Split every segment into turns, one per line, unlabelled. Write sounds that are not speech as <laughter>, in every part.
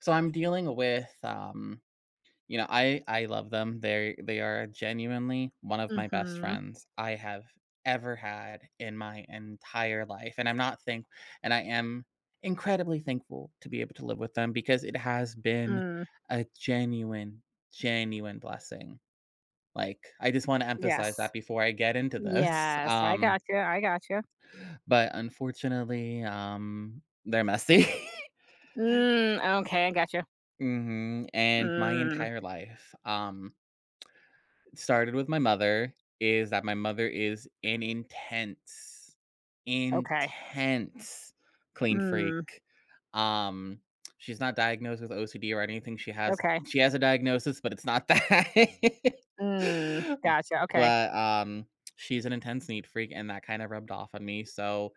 So I'm dealing with I love them. They are genuinely one of my best
Mhm.
friends I have ever had in my entire life, and I'm not thank and I am incredibly thankful to be able to live with them because it has been
Mm.
a genuine blessing. Like, I just want to
Yes.
emphasize that before I get into this. <laughs>
Yes. I got you. I got you.
But unfortunately, they're messy.
Mm, okay. I got you.
<laughs> And my
Mm,
entire life started with my mother. Is that my mother is an intense,
okay.
intense clean
Mm,
freak. Um, she's not diagnosed with OCD or anything. She has
okay.
she has a diagnosis, but it's not that.
Mm,
<laughs>
gotcha. Okay.
But she's an intense neat freak, and that kind of rubbed off on me. So,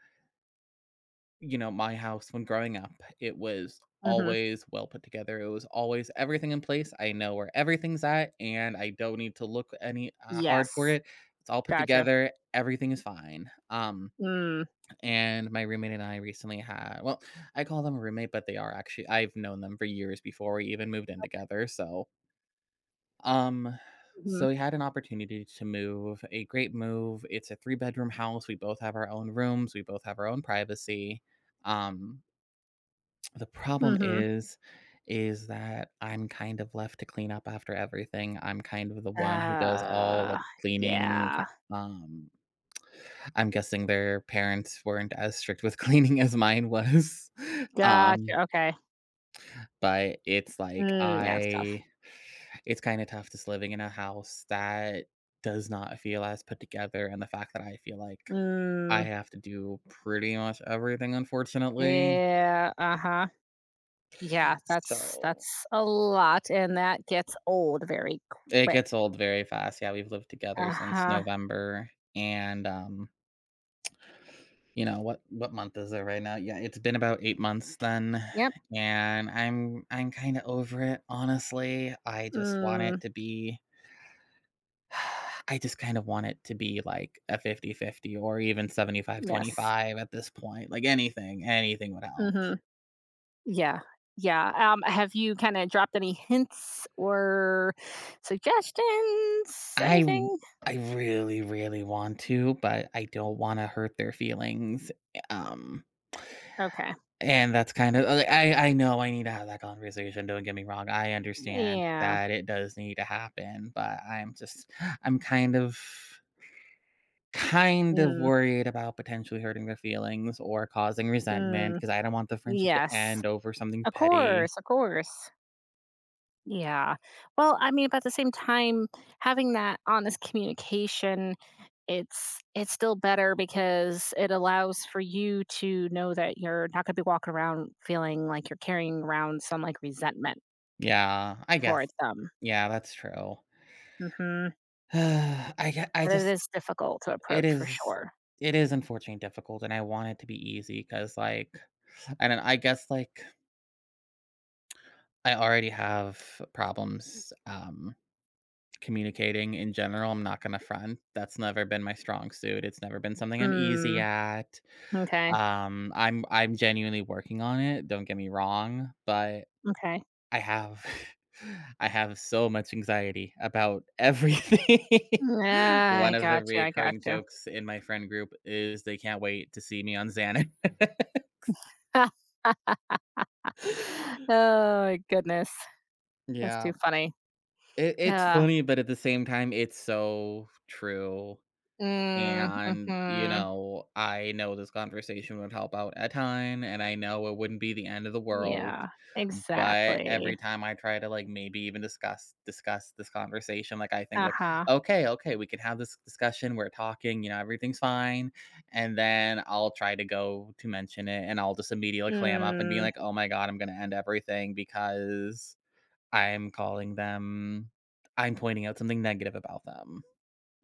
my house, when growing up, it was
Mhm.
always well put together. It was always everything in place. I know where everything's at, and I don't need to look any hard
Yes.
for it. It's all put
Gotcha.
together. Everything is fine.
Mm,
And my roommate and I recently had, well, I call them a roommate, but they are actually, I've known them for years before we even moved in together. Um,
mhm.
so we had an opportunity to move, a great move. It's a three-bedroom house. We both have our own rooms. We both have our own privacy. Um, the problem
Mhm.
is that I'm kind of left to clean up after everything. I'm kind of the one who does all the
Uh,
cleaning.
yeah.
Um, I'm guessing their parents weren't as strict with <laughs> cleaning as mine was. <laughs>
Gotcha.
Um,
Okay.
but it's like,
Mm, yeah, it's tough.
I it's kind of tough just living in a house that does not feel as put together, and the fact that I feel like I
Mm,
have to do pretty much everything, unfortunately.
yeah. Uh-huh. Yeah, that's
So
that's a lot, and that gets old very
it
quick.
gets old very fast. Yeah, we've lived together since
Uh-huh.
November, and, you know, what month is it right now? Yeah, it's been about 8 months then,
Yep.
and I'm kinda over it, honestly. I just want
Mm.
it to be. <sighs> I just kind of want it to be, like, a 50/50 or even seventy five twenty
Yes.
five at this point. Like, anything, anything would help.
Mhm. Yeah. Yeah. Have you kinda dropped any hints or suggestions?
I w
Anything?
I really, really want to, but I don't wanna hurt their feelings.
Okay.
And that's kind of like, I know I need to have that conversation, don't get me wrong. I understand
Yeah.
that it does need to happen, but I'm kind of
Mm,
worried about potentially hurting their feelings or causing resentment
mm.
because I don't want the friendship to
Yes.
end over something
Of
petty.
course, of course. Yeah. Well, I mean, but at the same time, having that honest communication, it's still better because it allows for you to know that you're not gonna be walking around feeling like you're carrying around some, like, resentment
Yeah, I guess.
towards them.
Yeah, that's true.
Mhm.
<sighs> I ge- I
But it is
just
difficult to
it
approach for
is
sure.
it is unfortunately difficult, and I want it to be easy because, like, I don't I guess, like, I already have problems, communicating in general. I'm not gonna front. That's never been my strong suit, it's never been something I'm easy
Mm,
at.
okay,
I'm genuinely working on it, don't get me wrong, but
okay.
I have <laughs> I have so much anxiety about everything. <laughs>
Ah, I
One of the
gotcha, I
reoccurring
gotcha.
jokes in my friend group is they can't wait to see me on Xanax. <laughs>
<laughs> Oh my goodness, that's
Yeah.
too funny.
It's
Uh,
funny, but at the same time, it's so true,
mm,
and, you
mhm.
know, I know this conversation would help out a ton, and I know it wouldn't be the end of the world,
Yeah,
but
exactly.
every time I try to, like, maybe even discuss this conversation, like, I think, like,
Uh-huh.
"Okay, okay, we can have this discussion, we're talking, you know, everything's fine," and then I'll try to go to mention it, and I'll just immediately clam up and be
Mm,
like, "Oh my god, I'm gonna end everything because" I'm calling them I'm pointing out something negative about them.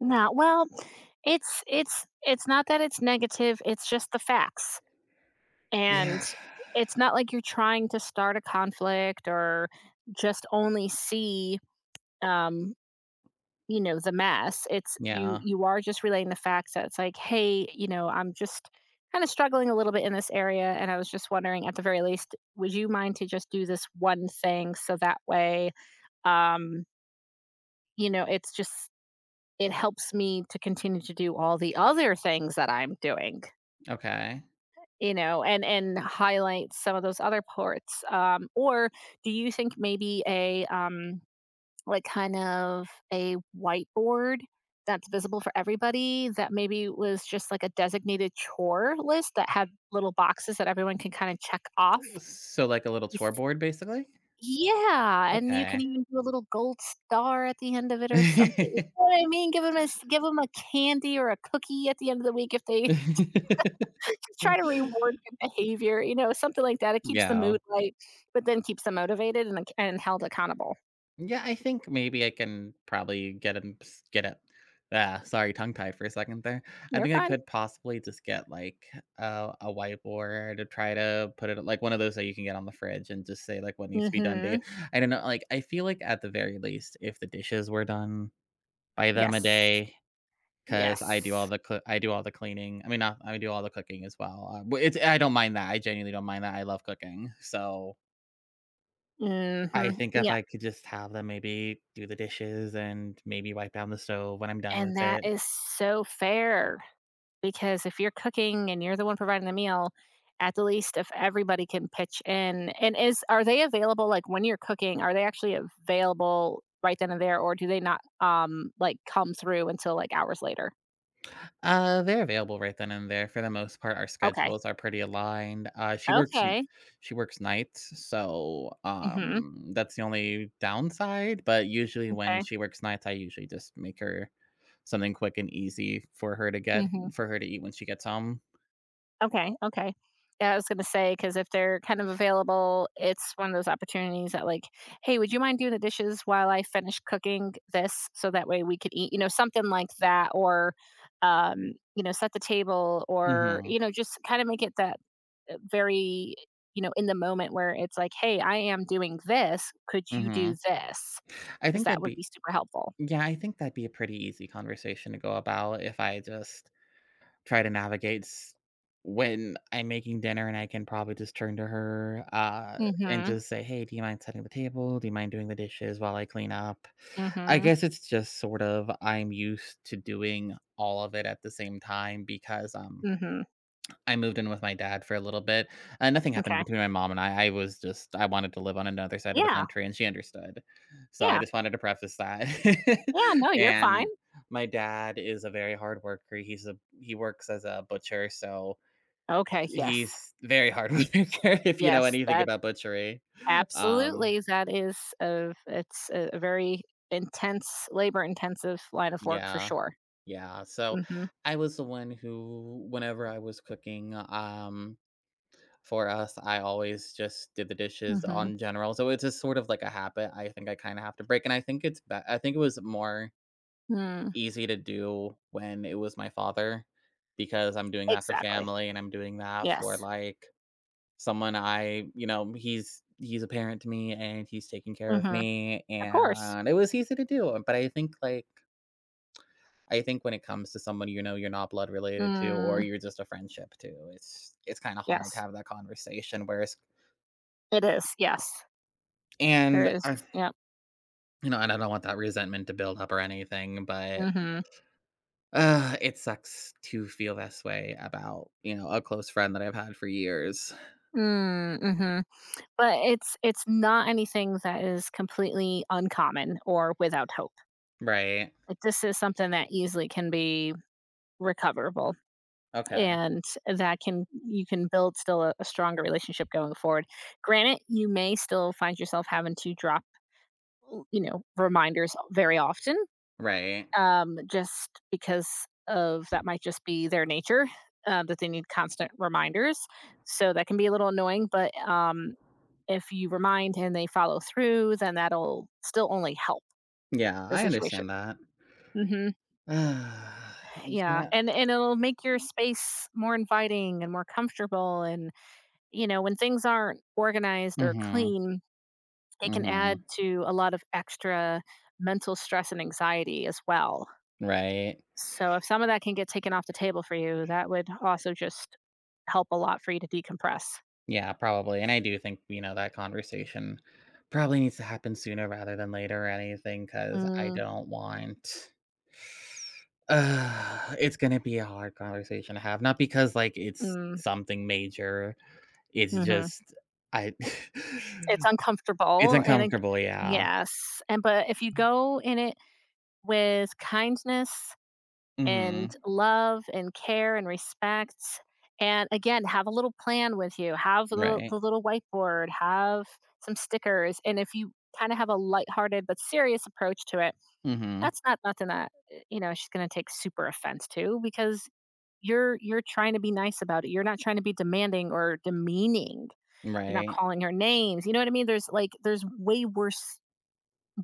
no, well, it's not that it's negative, it's just the facts. And
Yeah.
it's not like you're trying to start a conflict or just only see um you know, the mess. It's you
Yeah,
you are just relaying the facts that it's like, "Hey, you know, I'm just kinda struggling a little bit in this area, and I was just wondering at the very least, would you mind to just do this one thing so that way, um, you know, it's just it helps me to continue to do all the other things that I'm doing."
okay.
You know, and highlight some of those other parts. Or do you think maybe a, like kind of a whiteboard that's visible for everybody that maybe was just like a designated chore list that had little boxes that everyone can kind of check off.
So, like, a little tour
Yes-
board, basically?
Yeah, and you can
Okay.
even do a little gold star at the end of it or something. You know
<laughs>
what I mean? Give them a give them a candy or a cookie at the end of the week if they
<laughs>
<laughs> try to reward good behavior, you know, something like that. It keeps the
Yeah.
mood light, but then keeps them motivated and and held accountable.
Yeah, I think maybe I can probably get him s get it, sorry, tongue tied for a second there. I
You're
think I
fine.
could possibly just get, like, a whiteboard to try to put it, like, one of those that you can get on the fridge and just say, like, what needs to be done day.
Mhm.
I don't know, like, I feel like at the very least, if the dishes were done by them a
Yes.
day, because
Yes.
I do all the cleaning. I mean, not, I do all the cooking as well, but it's, I don't mind that, I genuinely don't mind that, I love cooking, so I
Mhm.
think if
Yep,
I could just have them maybe do the dishes and maybe wipe down the stove when I'm done
and
with
that
it.
is so fair because if you're cooking and you're the one providing the meal, at the least if everybody can pitch in and is are they available, like, when you're cooking, are they actually available right then and there, or do they not, like, come through until, like, hours later?
They're available right then and there for the most part. Our
Okay.
schedules are pretty aligned.
Okay.
She works nights, so
Mhm.
that's the only downside. But usually when
Okay.
she works nights, I usually just make her something quick and easy for her to get,
Mhm.
for her to eat when she gets home.
Okay, okay. Yeah, I was gonna say, say because if they're kind of available, it's one of those opportunities that like, "Hey, would you mind doing the dishes while I finish cooking this so that way we could eat?" You know, something like that or, you know, set the table, or
Mm-hmm.
you know, just kind of make it that very, you know, in the moment where it's like, "Hey, I am doing this. Could you do
Mm-hmm.
this?
I
Because
think
that
that'd
would be
be
super helpful.
Yeah, I think that'd be a pretty easy conversation to go about if I just try to navigate s when I'm making dinner, and I can probably just turn to her, and
Mhm.
just say, "Hey, do you mind setting the table? Do you mind doing the dishes while I clean up?" I
Mhm.
guess it's just sort of I'm used to doing all of it at the same time because,
Mhm.
I moved in with my dad for a little bit, nothing happened
Okay.
between my mom and I was just, I wanted to live on another side of the
Yeah.
country, and she understood. So I
Yeah.
just wanted to preface that.
Yeah, no,
<laughs>
you're fine.
And my dad is a very hard worker, he works as a butcher, so
Okay, yes.
he's very hard <laughs> worker, if you know
Yes,
anything
that
about butchery. Um,
absolutely, that is a it's a very intense, labor-intensive line of work for
yeah,
sure.
yeah, so
Mhm,
I was the one who, whenever I was cooking, for us, I always just did the dishes
mhm,
on general, so it's just sort of like a habit I think I kinda have to break, and I think it's be I think it was more
mm,
easy to do when it was my father, because I'm doing that for
exactly,
family and I'm doing that
yes,
for, like, someone I, you know, he's a parent to me and he's taking care of
mhm,
me,
of course.
and it was easy to do, but I think, like, I think when it comes to someone you know you're not blood related to or
Mm,
you're just a friendship to, it's kinda hard to
yes,
have that conversation, whereas,
it is, yes, there
and
is,
I
yep,
you know, and I don't want that resentment to build up or anything, but,
mhm,
it sucks to feel this way about, you know, a close friend that I've had for years.
mm, mhm, but it's not anything that is completely uncommon or without hope.
Right.
Like, this is something that easily can be recoverable.
Okay.
And that can you can build still a stronger relationship going forward, granted you may still find yourself having to drop, you know, reminders very often,
Right.
just because of that might just be their nature, that they need constant reminders, so that can be a little annoying, but if you remind and they follow through, then that'll still only help
Yeah,
the
I
situation.
understand that.
Hmm.
<sighs>
Yeah,
Yeah.
and it'll make your space more inviting and more comfortable, and you know, when things aren't organized or
Mhm.
clean, it can add
Mhm.
to a lot of extra mental stress and anxiety as well.
Right.
So if some of that can get taken off the table for you, that would also just help a lot for you to decompress.
Yeah, probably, and I do think, you know, that conversation probably needs to happen sooner rather than later or anything. Because I
Mm,
don't want. <sighs> It's gonna be a hard conversation to have, not because, like, it's
mm,
something major, it's
mhm.
just I
It's
<laughs> it's
uncomfortable and it,
uncomfortable, yeah.
yes, and but if you go in it with kindness and
Mhm,
love and care and respect. And again, have a little plan with you. Have the, the
right.
little whiteboard, have some stickers. And if you kind of have a lighthearted but serious approach to it,
Mhm,
that's not nothing that you know she's going to take super offense to, because you're trying to be nice about it. You're not trying to be demanding or demeaning. You're not
right.
calling her names. You know what I mean? There's like there's way worse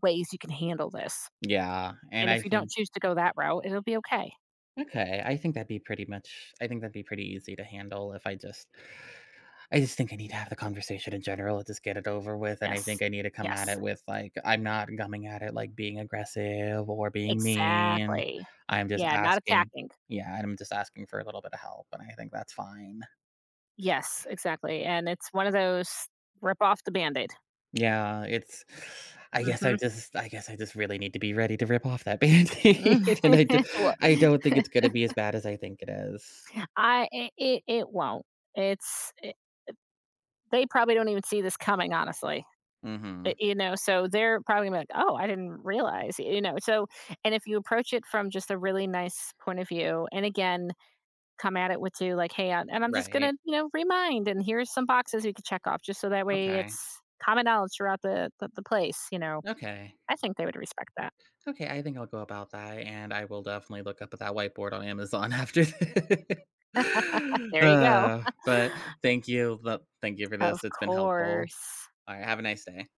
ways you can handle this.
Yeah, and
And
I
if you don't
think,
choose to go that route, it'll be okay.
okay, I think that'd be pretty much, I think that'd be pretty easy to handle if I just, I just think I need to have the conversation in general and just get it over with, and I
Yes.
think I need to come at
Yes.
it with, like, I'm not coming at it, like, being aggressive or being mean.
Exactly.
I'm just
Yeah, not
asking,
attacking.
yeah, and I'm just asking for a little bit of help, and I think that's fine.
Yes, exactly, and it's one of those rip off the Band-Aid.
Yeah, it's, I guess I
Mhm.
just, I guess I just really need to be ready to rip off that <laughs> Band-Aid, and
<laughs> Well,
I don't think it's gonna be as bad as I think it is.
I it it won't. It's I They probably don't even see this coming, honestly.
Mhm.
You know, so they're probably gonna be like, "Oh, I didn't realize," you know, so and if you approach it from just a really nice point of view, and again come at it with you like, "Hey, and I'm just gonna,
Right.
you know, remind, and here's some boxes you could check off, just so that way
Okay.
it's common knowledge throughout the place." You know,
Okay.
I think they would respect that.
Okay, I think I'll go about that, and I will definitely look up at that whiteboard on Amazon after this. <laughs>
There you go.
But
<laughs>
thank you. Thank you for
Of
this. It's been helpful.
course.
All right, have a nice day.